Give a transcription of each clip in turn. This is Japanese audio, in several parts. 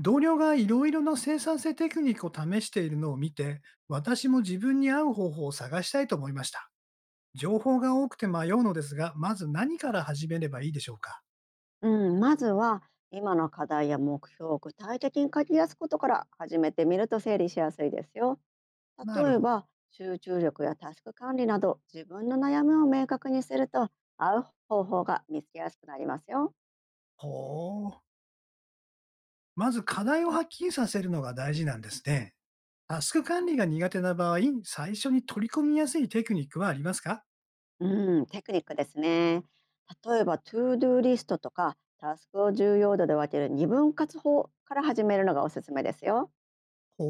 同僚がいろいろな生産性テクニックを試しているのを見て、私も自分に合う方法を探したいと思いました。情報が多くて迷うのですが、まず何から始めればいいでしょうか？うん、まずは今の課題や目標を具体的に書き出すことから始めてみると整理しやすいですよ。なる例えほど。ば集中力やタスク管理など自分の悩みを明確にすると合う方法が見つけやすくなりますよ。ほう。まず課題をはっきりさせるのが大事なんですね。タスク管理が苦手な場合、最初に取り込みやすいテクニックはありますか？うん、テクニックですね。例えばトゥードゥーリストとかタスクを重要度で分ける二分割法から始めるのがおすすめですよ。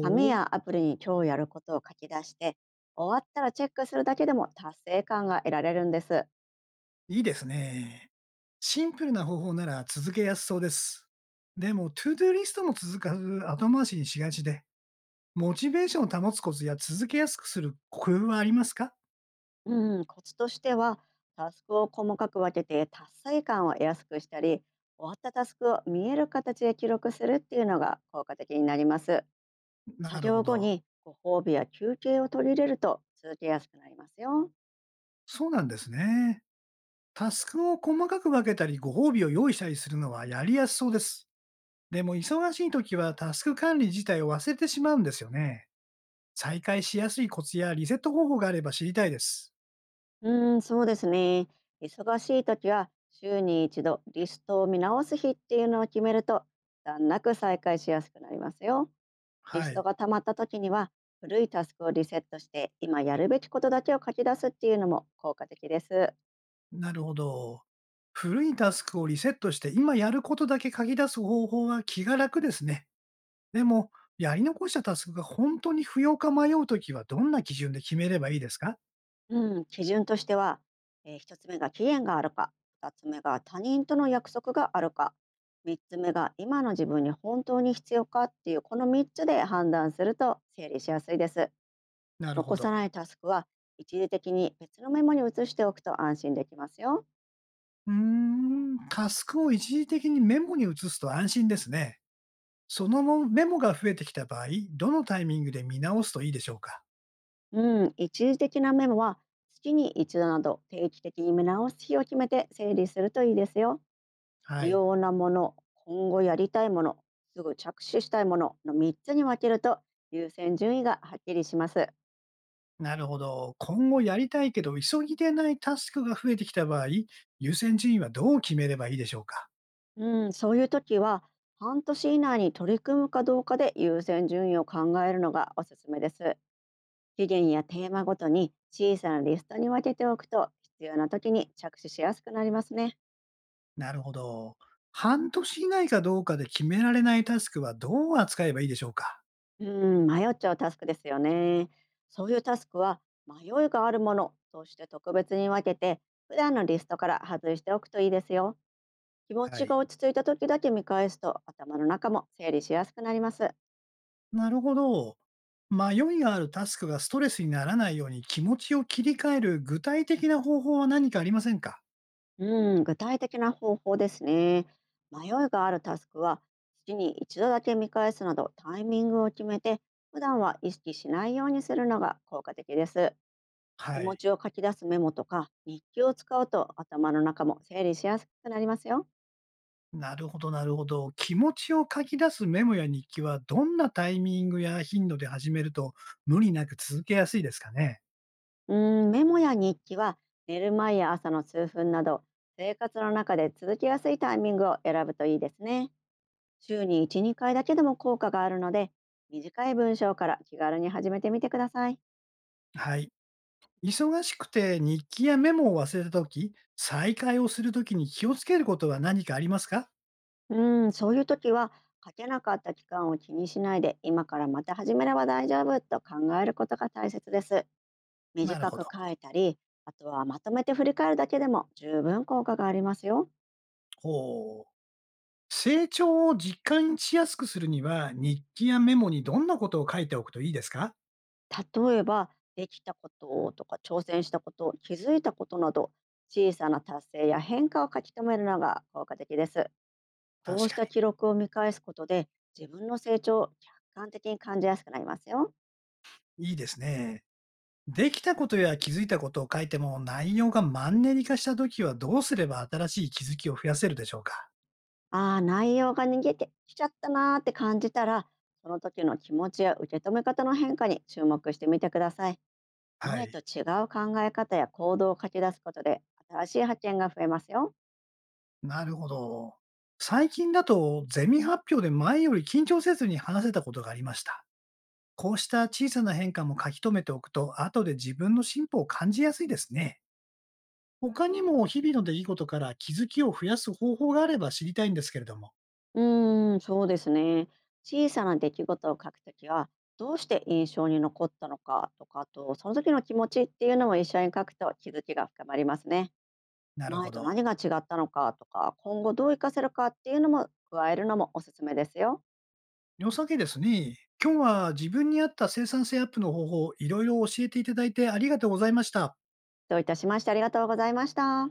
紙う。やアプリに今日やることを書き出して終わったらチェックするだけでも達成感が得られるんです。いいですね。シンプルな方法なら続けやすそうです。でも、トゥードゥーリストも続かず後回しにしがちで、モチベーションを保つコツや続けやすくする工夫はありますか？うん、コツとしては、タスクを細かく分けて達成感を得やすくしたり、終わったタスクを見える形で記録するっていうのが効果的になります。な作る業ほ後ど。にご褒美や休憩を取り入れると続けやすくなりますよ。そうなんですね。タスクを細かく分けたり、ご褒美を用意したりするのはやりやすそうです。でも忙しい時はタスク管理自体を忘れてしまうんですよね。再開しやすいコツやリセット方法があれば知りたいです。うん、そうですね。忙しい時は週に一度リストを見直す日っていうのを決めると、段なく再開しやすくなりますよ。リはストい。が溜まった時には、古いタスクをリセットして、今やるべきことだけを書き出すっていうのも効果的です。なるほど。古いタスクをリセットして今やることだけ書き出す方法は気が楽ですね。でも、やり残したタスクが本当に不要か迷うときはどんな基準で決めればいいですか？うん、基準としては、1つ目が期限があるか、2つ目が他人との約束があるか、3つ目が今の自分に本当に必要かっていうこの3つで判断すると整理しやすいです。なるほ残さど。ないタスクは一時的に別のメモに移しておくと安心できますよ。うーん、タスクを一時的にメモに移すと安心ですね。その後メモが増えてきた場合、どのタイミングで見直すといいでしょうか？うん、一時的なメモは月に一度など定期的に見直す日を決めて整理するといいですよ。は不い。要なもの、今後やりたいもの、すぐ着手したいものの3つに分けると優先順位がはっきりします。なるほど。今後やりたいけど、急ぎでないタスクが増えてきた場合、優先順位はどう決めればいいでしょうか？うん、そういう時は半年以内に取り組むかどうかで優先順位を考えるのがおすすめです。期限やテーマごとに小さなリストに分けておくと必要な時に着手しやすくなりますね。なるほど。半年以内かどうかで決められないタスクはどう扱えばいいでしょうか？うーん、迷っちゃうタスクですよね。そういうタスクは迷いがあるものとして特別に分けて普段のリストから外しておくといいですよ。気持はちがい。落ち着いた時だけ見返すと頭の中も整理しやすくなります。なるほど。迷いがあるタスクがストレスにならないように気持ちを切り替える具体的な方法は何かありませんか？うん、具体的な方法ですね。迷いがあるタスクは月に一度だけ見返すなどタイミングを決めて普段は意識しないようにするのが効果的です。気は持い。ちを書き出すメモとか日記を使うと頭の中も整理しやすくなりますよ。なるほど、なるほど。気持ちを書き出すメモや日記はどんなタイミングや頻度で始めると無理なく続けやすいですかね？うーん、メモや日記は寝る前や朝の数分など生活の中で続きやすいタイミングを選ぶといいですね。週に1、2回だけでも効果があるので短い文章から気軽に始めてみてください。はい。忙しくて日記やメモを忘れたとき、再開をするときに気をつけることは何かありますか？うーん、そういう時は書けなかった期間を気にしないで今からまた始めれば大丈夫と考えることが大切です。なる短ほくど。書いたり、あとはまとめて振り返るだけでも十分効果がありますよ。ほう。成長を実感しやすくするには、日記やメモにどんなことを書いておくといいですか？例えば、できたこととか挑戦したこと、気づいたことなど、小さな達成や変化を書き留めるのが効果的です。こ確うしかたに。記録を見返すことで、自分の成長を客観的に感じやすくなりますよ。いいですね。できたことや気づいたことを書いても、内容がマンネリ化したときはどうすれば新しい気づきを増やせるでしょうか？ああ、内容が逃げてきちゃったなーって感じたら、その時の気持ちや受け止め方の変化に注目してみてください。は前とい。違う考え方や行動を書き出すことで新しい発見が増えますよ。なるほど。最近だと、ゼミ発表で前より緊張せずに話せたことがありました。こうした小さな変化も書き留めておくと、後で自分の進歩を感じやすいですね。他にも日々の出来事から気づきを増やす方法があれば知りたいんですけれども。うーん、そうですね。小さな出来事を書くときは、どうして印象に残ったのかとか、あと、その時の気持ちっていうのも一緒に書くと気づきが深まりますね。なる前ほとど。何が違ったのかとか、今後どう活かせるかっていうのも加えるのもおすすめですよ。良さげですね。今日は自分に合った生産性アップの方法、いろいろ教えていただいてありがとうございました。どういたしましてありがとうございました。